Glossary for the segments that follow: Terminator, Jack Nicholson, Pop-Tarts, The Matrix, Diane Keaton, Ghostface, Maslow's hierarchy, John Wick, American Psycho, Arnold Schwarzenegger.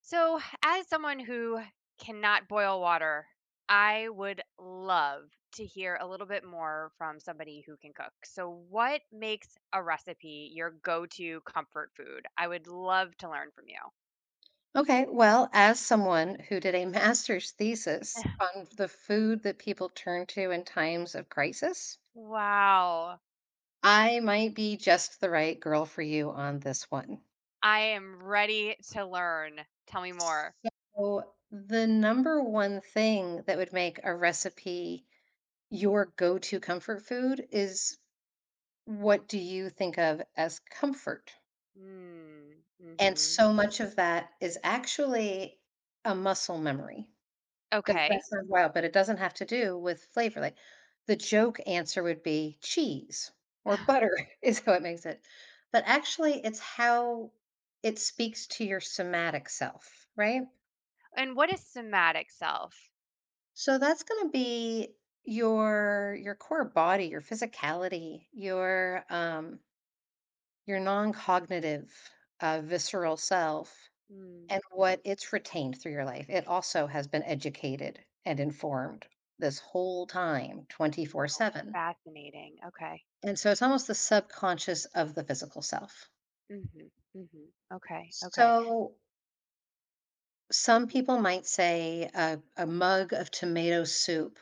So, as someone who cannot boil water, I would love to hear a little bit more from somebody who can cook. So, what makes a recipe your go to comfort food? I would love to learn from you. Okay, well, as someone who did a master's thesis on the food that people turn to in times of crisis, Wow. I might be just the right girl for you on this one. I am ready to learn. Tell me more. So, the number one thing that would make a recipe your go to comfort food is, what do you think of as comfort? Mm, And mm-hmm. so much of that is actually a muscle memory. Does that Okay. sound wild? But it doesn't have to do with flavor, like, the joke answer would be cheese or butter is how it makes it. But actually, it's how it speaks to your somatic self, right? and what is somatic self? So that's gonna be your core body, your physicality, your your non-cognitive, visceral self. Mm, And what it's retained through your life, it also has been educated and informed this whole time, oh, 24/7. fascinating. Okay. And so it's almost the subconscious of the physical self. hmm Okay. Okay. So some people might say a mug of tomato soup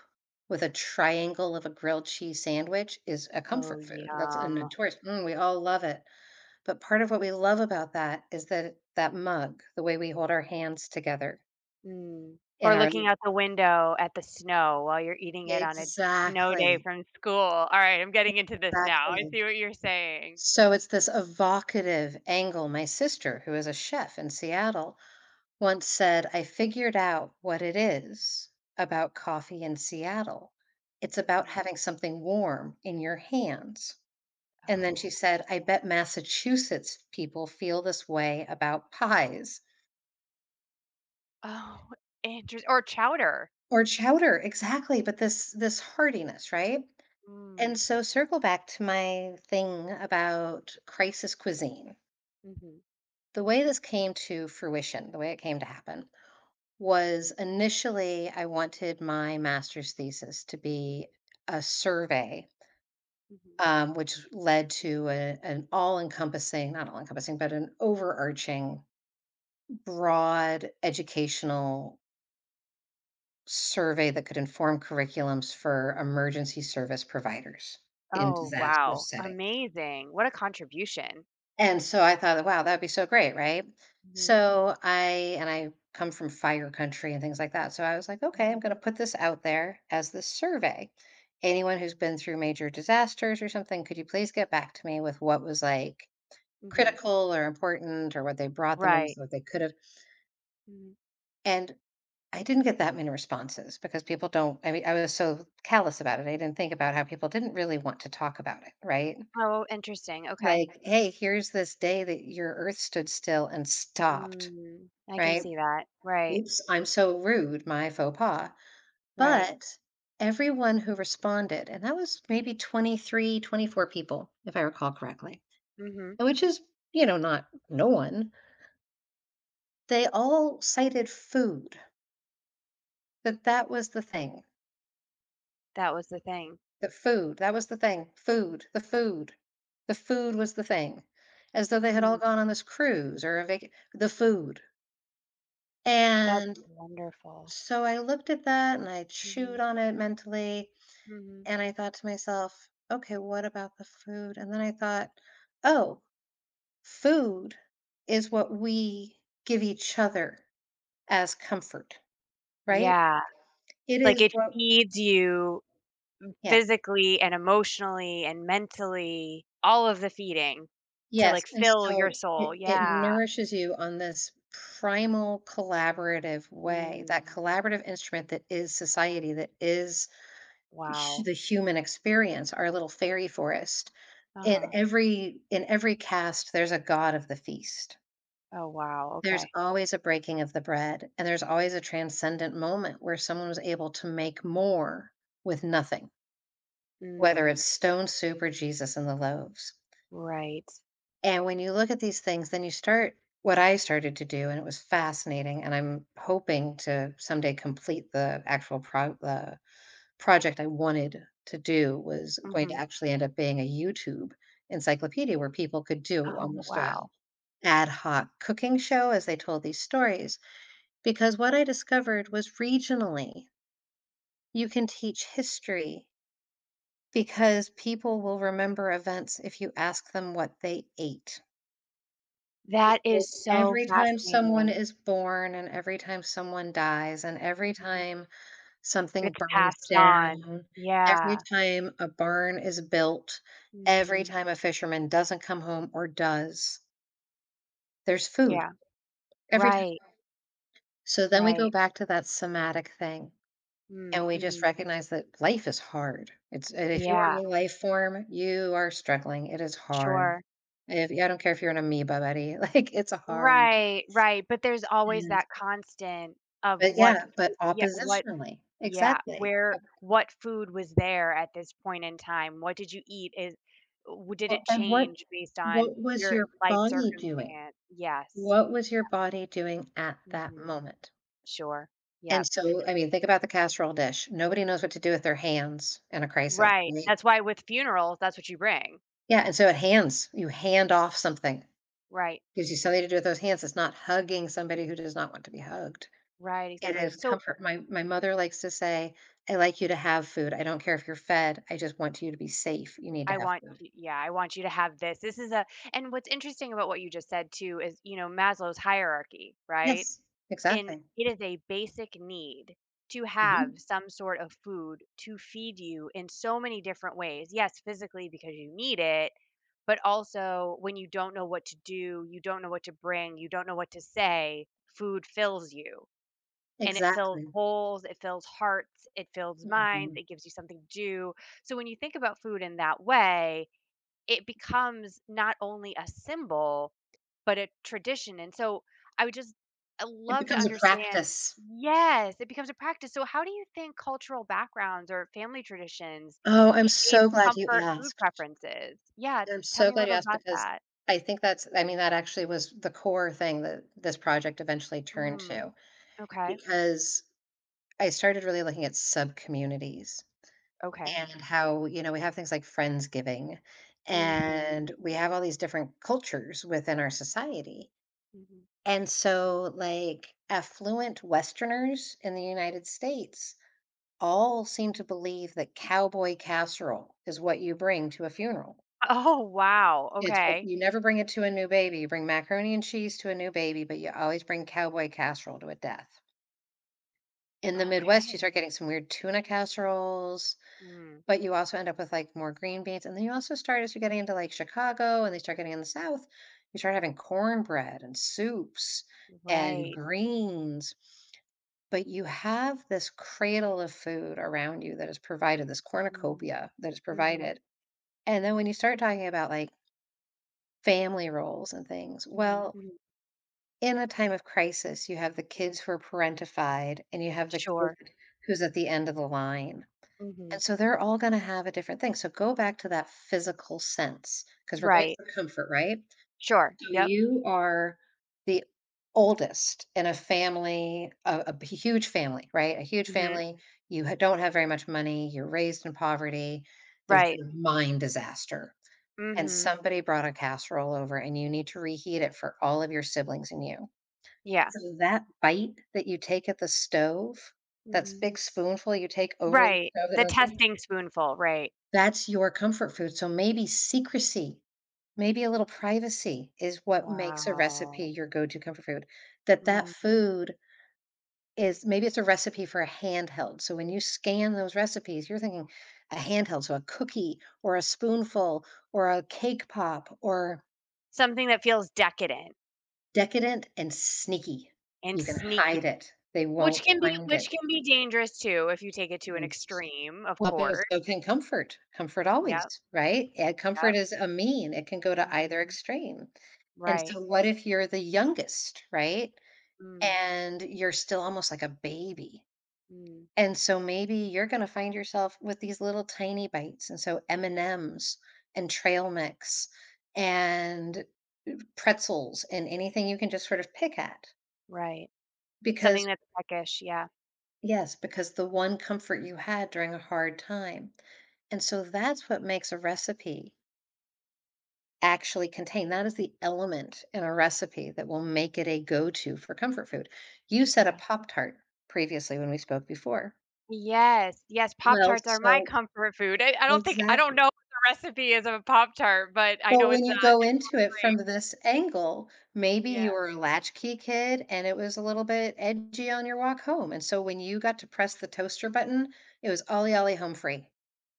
with a triangle of a grilled cheese sandwich is a Oh, comfort food. That's a yum. notorious, we all love it. But part of what we love about that is that that mug, the way we hold our hands together Mm. in Or our— looking out the window at the snow while you're eating it on a snow day Exactly. from school. All right, I'm getting into this now. I Exactly. see what you're saying. So it's this evocative angle. My sister, who is a chef in Seattle, once said, I figured out what it is about coffee in Seattle. It's about Mm. having something warm in your hands. And then Oh. she said, I bet Massachusetts people feel this way about pies Oh, interest or chowder. or chowder. Exactly. But this heartiness, right? And Mm. so circle back to my thing about crisis cuisine. Mhm. The way this came to fruition, the way it came to happen, was initially I wanted my master's thesis to be a survey, Mhm. Which led to an all encompassing, not all encompassing, but an overarching, broad educational survey that could inform curriculums for emergency service providers in Oh, disaster wow. settings. Amazing. What a contribution. And so I thought, wow, that'd be so great, right? Mhm. So I— and I come from fire country and things like that. So I was like, okay, I'm Mhm. going to put this out there as the survey. Anyone who's been through major disasters or something, could you please get back to me with what was, like, Mhm. critical or important or what they brought the Right. most, what they could have? Mhm. And I didn't get that many responses because people don't. I mean, I was so callous about it. I didn't think about how people didn't really want to talk about it, right? Oh, interesting. Okay. Like, "Hey, here's this day that your earth stood still and stopped," Mm. I can right? see that. Right. "Oops, I'm so rude, my faux pas." Right. But everyone who responded, and that was maybe 23, 24 people, if I recall correctly, Mhm. which is, you know, not no one. They all cited food, that that was the thing, That was the thing. that food that was the thing, food, the food, the food was the thing, as though they had all Mm. gone on this cruise or a vac— the food. That's And wonderful. so I looked at that and I chewed Mhm, on it mentally mhm. and I thought to myself, okay, what about the food? And then I thought, oh, food is what we give each other as comfort, right? Yeah, It like, is it what— feeds you yeah, physically and emotionally and mentally, all of the feeding to, yes. like, And fill your so it, soul, it yeah. nourishes you on this primal collaborative way, that Mm, collaborative instrument that is society, that is hu— wow. the human experience, our little fairy forest. In Uh-huh. every in every cast, there's a god of the feast. Oh, wow, There's okay. always a breaking of the bread, and there's always a transcendent moment where someone was able to make more with nothing, whether Mm, it's stone soup or Jesus and the loaves. right. And when you look at these things, then you start— what I started to do, and it was fascinating, and I'm hoping to someday complete the actual pro— the project I wanted to do was going to Mhm. actually end up being a YouTube encyclopedia where people could do Oh, almost a wow. ad hoc cooking show as they told these stories. Because what I discovered was regionally, you can teach history because people will remember events if you ask them what they ate. That Because is so every time someone fascinating. is born and every time someone dies and every Mhm. time— Something It's burns passed on. down. Every Yeah. time a barn is built, every Mhm. time a fisherman doesn't come home or does, there's food Yeah. every time. Right, So then we go right. back to that somatic thing Mm, and we just mhm. recognize that life is hard. It's— and if you are Yeah. a life form, you are struggling. It is hard. Sure. If— yeah, I don't care if you're an amoeba, buddy, like it's hard. Right, right, but there's always And— that constant of but what yeah, but foo yeah, oppositionally. Exactly. where And what food was there at this point in time? What did you eat? Is w Did it well, and what change based on what was your your life body doing? circumstance? Yes. What was your body doing at that Mhm. moment? Sure. And Yep. so, I mean, think about the casserole dish. Nobody knows what to do with their hands in a crisis, Right, right? that's why with funerals, that's what you bring. Yeah, and so it hands you— hand off something. Right. Gives you something to do with those hands. It's not hugging somebody who does not want to be hugged. Right, It exactly. is So, comfort. My mother likes to say, "I like you to have food. I don't care if you're fed. I just want you to be safe. You need to I have want food." you yeah, I want you to have this. This is a and what's interesting about what you just said too is, you know, Maslow's hierarchy, right? Yes, And exactly. it is a basic need to have Mhm. some sort of food to feed you in so many different ways. Yes, physically because you need it, but also when you don't know what to do, you don't know what to bring, you don't know what to say, food fills you. And it fills Exactly. holes, it fills hearts, it fills minds, Mhm. it gives you something to do. So when you think about food in that way, it becomes not only a symbol, but a tradition, and so I would just I It love to becomes a understand practice. Yes, it becomes a practice. So how do you think cultural backgrounds or family traditions Oh, I'm shape so glad you comfort food asked. preferences? Yeah, I'm tell so me a glad you little asked about because that. I think that's— I mean, that actually was the core thing that this project eventually turned Mm, to okay, because I started really looking at subcommunities okay. and how, you know, we have things like Friendsgiving Mhm, and we have all these different cultures within our society. mhm. And so, like, affluent Westerners in the United States all seem to believe that cowboy casserole is what you bring to a funeral. Oh, wow, It's what— okay, you never bring it to a new baby. You bring macaroni and cheese to a new baby, but you always bring cowboy casserole to a death. In the Midwest, you okay. start getting some weird tuna casseroles, Mm, but you also end up with like more green beans. And then you also start, as you're getting into like Chicago and they start getting in the South, you start having cornbread and soups and right. greens. But you have this cradle of food around you that is provided, this Mm, cornucopia that is mhm, provided. And then when you start talking about like family roles and things, mhm, well, mhm. in a time of crisis, you have the kids who are parentified and you have the Sure. kid who's at the end of the line. Mhm. And so they're all going to have a different thing. So go back to that physical sense because we're going Right. for comfort, right? Sure, So yep. you are the oldest in a family, a b- huge family, right? A huge Mhm. family. You ha- don't have very much money. You're raised in poverty. There's Right. been a mine disaster. And Mhm. somebody brought a casserole over, and you need to reheat it for all of your siblings and you. Yeah. So that bite that you take at the stove, that's Mhm. big spoonful you take over the Right. stove that The no one's eating, testing spoonful, right. that's your comfort food, so maybe secrecy, maybe a little privacy is what makes a recipe Wow. your go-to comfort food. That Mm. food is— maybe it's a recipe for a handheld, so when you scan those recipes, you're thinking a handheld, so a cookie or a spoonful or a cake pop or— Something that feels decadent decadent and sneaky. and You can sneaky, hide it. They won't find which it. can be dangerous too if you take it to an And s— extreme, of well, but course. so can comfort. Comfort always, Yep, right? And yep. comfort is a mean. It can go to either Mhm. extreme. And Right. so what if you're the youngest, right? Mm, And you're still almost like a baby. mm, And so maybe you're gonna find yourself with these little tiny bites, and so M&Ms and M's and trail mix and pretzels and anything you can just sort of pick at right. Something because— that's peckish, yeah, Yes, because the one comfort you had during a hard time. And so that's what makes a recipe actually contain. That is the element in a recipe that will make it a go to for comfort food. You said a yeah. Pop Tart previously when we spoke before. Yes, yes, Well, Pop-Tarts are my so— comfort food. I don't exactly. know what the recipe is of a Pop-Tart, but I But know when it's sounds you go into it great. from this angle, maybe Yeah. you were a latchkey kid and it was a little bit edgy on your walk home. And so when you got to press the toaster button, it was ollie ollie home free.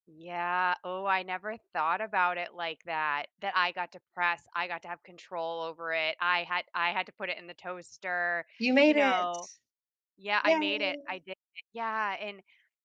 Yeah. Oh, I never thought about it like that. That I got to press, I got to have control over it. I had to put it in the toaster, You you made it. know. Yeah, I Yeah, made it. I did it. Yeah, and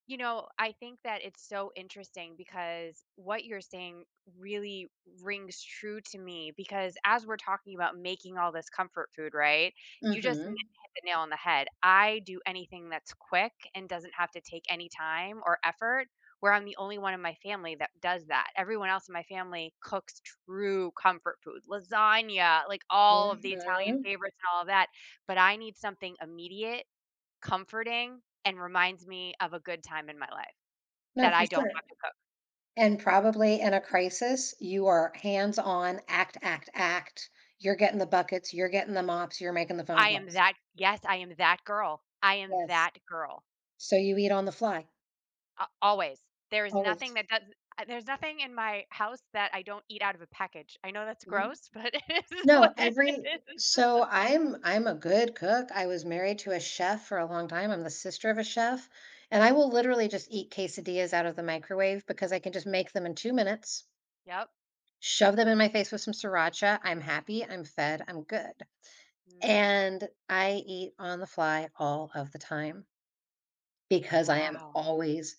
you know, I think that it's so interesting because what you're saying really rings true to me because as we're talking about making all this comfort food, right? yeah. You just Mhm. hit the nail on the head. I do anything that's quick and doesn't have to take any time or effort. Where I'm the only one in my family that does that. Everyone else in my family cooks true comfort food, lasagna, like all of the Italian Mhm. favorites and all of that. But I need something immediate comforting and reminds me of a good time in my life No, that for I don't sure. have to cook. And probably in a crisis, you are hands on, act, act, act. You're getting the buckets, you're getting the mops, you're making the phone I am calls. that yes, I am that girl. I am Yes. that girl. So you eat on the fly, A always. There is nothing always. that does there's nothing in my house that I don't eat out of a package. I know that's Mhm. gross, but it is No, what it every— is. so I'm a good cook. I was married to a chef for a long time. I'm the sister of a chef, and I will literally just eat quesadillas out of the microwave because I can just make them in 2 minutes. Yep. Shove them in my face with some sriracha, I'm happy, I'm fed, I'm good, Mm. and I eat on the fly all of the time because I am Wow. always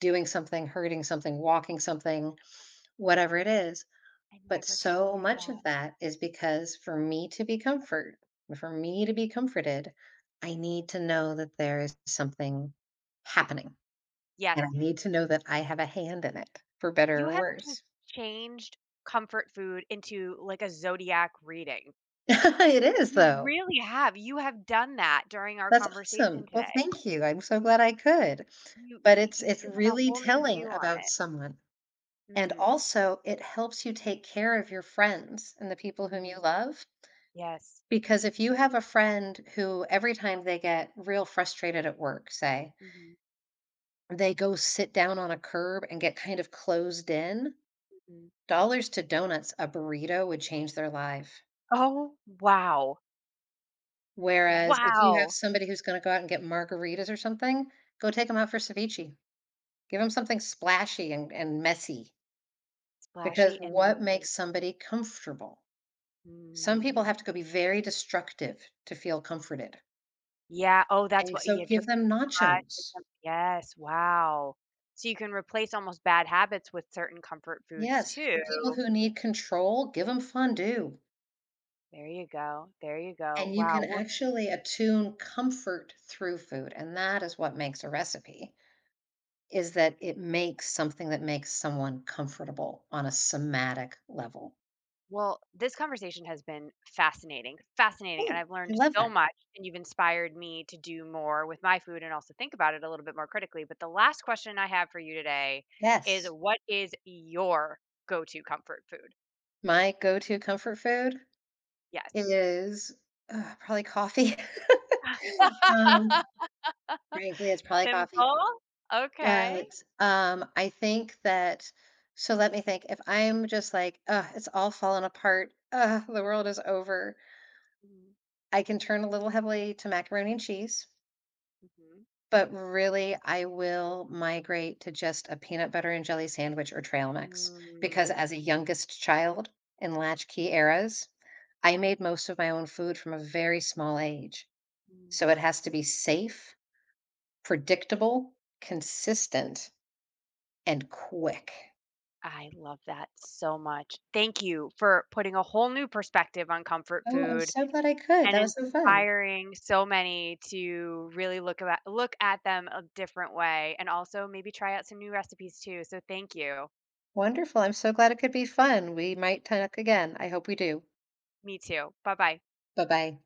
doing something, hurting something, walking something, whatever it is, I but never so considered much that. of that is because for me to be comfort— for me to be comforted, I need to know that there is something happening, and Yes. I need to know that I have a hand in it, for better You or have just worse. changed comfort food into like a zodiac reading. It is, You though. really have. You have done that during our That's conversation awesome. Well, today. thank you. I'm so glad I could. You But it's you've it's given a really whole new telling view on about it. someone. And Mm, also, it helps you take care of your friends and the people whom mm, you love. yes. Because if you have a friend who every time they get real frustrated at work, say, Mhm, they go sit down on a curb and get kind of closed in, mhm. dollars to donuts, a burrito would change their life. Oh, wow. Whereas if you have Wow! somebody who's going to go out and get margaritas or something, go take them out for ceviche. Give them something splashy and messy, because Splashy and what messy. makes somebody comfortable? Some people Mm. have to go be very destructive to feel comforted, Yeah, oh, that's and what so you drama, give them nachos. Yes, wow. So you can replace almost bad habits with certain comfort foods Yes, for too. people who need control, give them Yeah, fondue, there you go, there you go. and you can actually attune comfort through food, and that is what makes a recipe, is that it makes something that makes someone comfortable on a somatic level. Well, this conversation has been fascinating, fascinating, and Oh, I've I learned love so that. much, and you've inspired me to do more with my food and also think about it a little bit more critically. But the last question I have for you today is Yes. what is your go-to comfort food? My go-to comfort food? Yes. It is, probably coffee. Um, Frankly, it's probably coffee, Simple. Okay. but, I think that— so let me think, if I'm just like, "Ugh, it's all fallen apart. Ugh, the world is over," Mhm, I can turn a little heavily to macaroni and cheese, mhm. but really, I will migrate to just a peanut butter and jelly sandwich or trail mix, because as Mm, a youngest child in latchkey eras, I made most of my own food from a very small age. mm. So it has to be safe, predictable, consistent, and quick. I love that so much. Thank you for putting a whole new perspective on comfort Oh, I'm food so glad I could. And That was so fun. inspiring so many to really look at them a different way, and also maybe try out some new recipes too, so thank you. Wonderful. I'm so glad it could be fun. We might talk again. I hope we do. Me too. Bye-bye. Bye bye.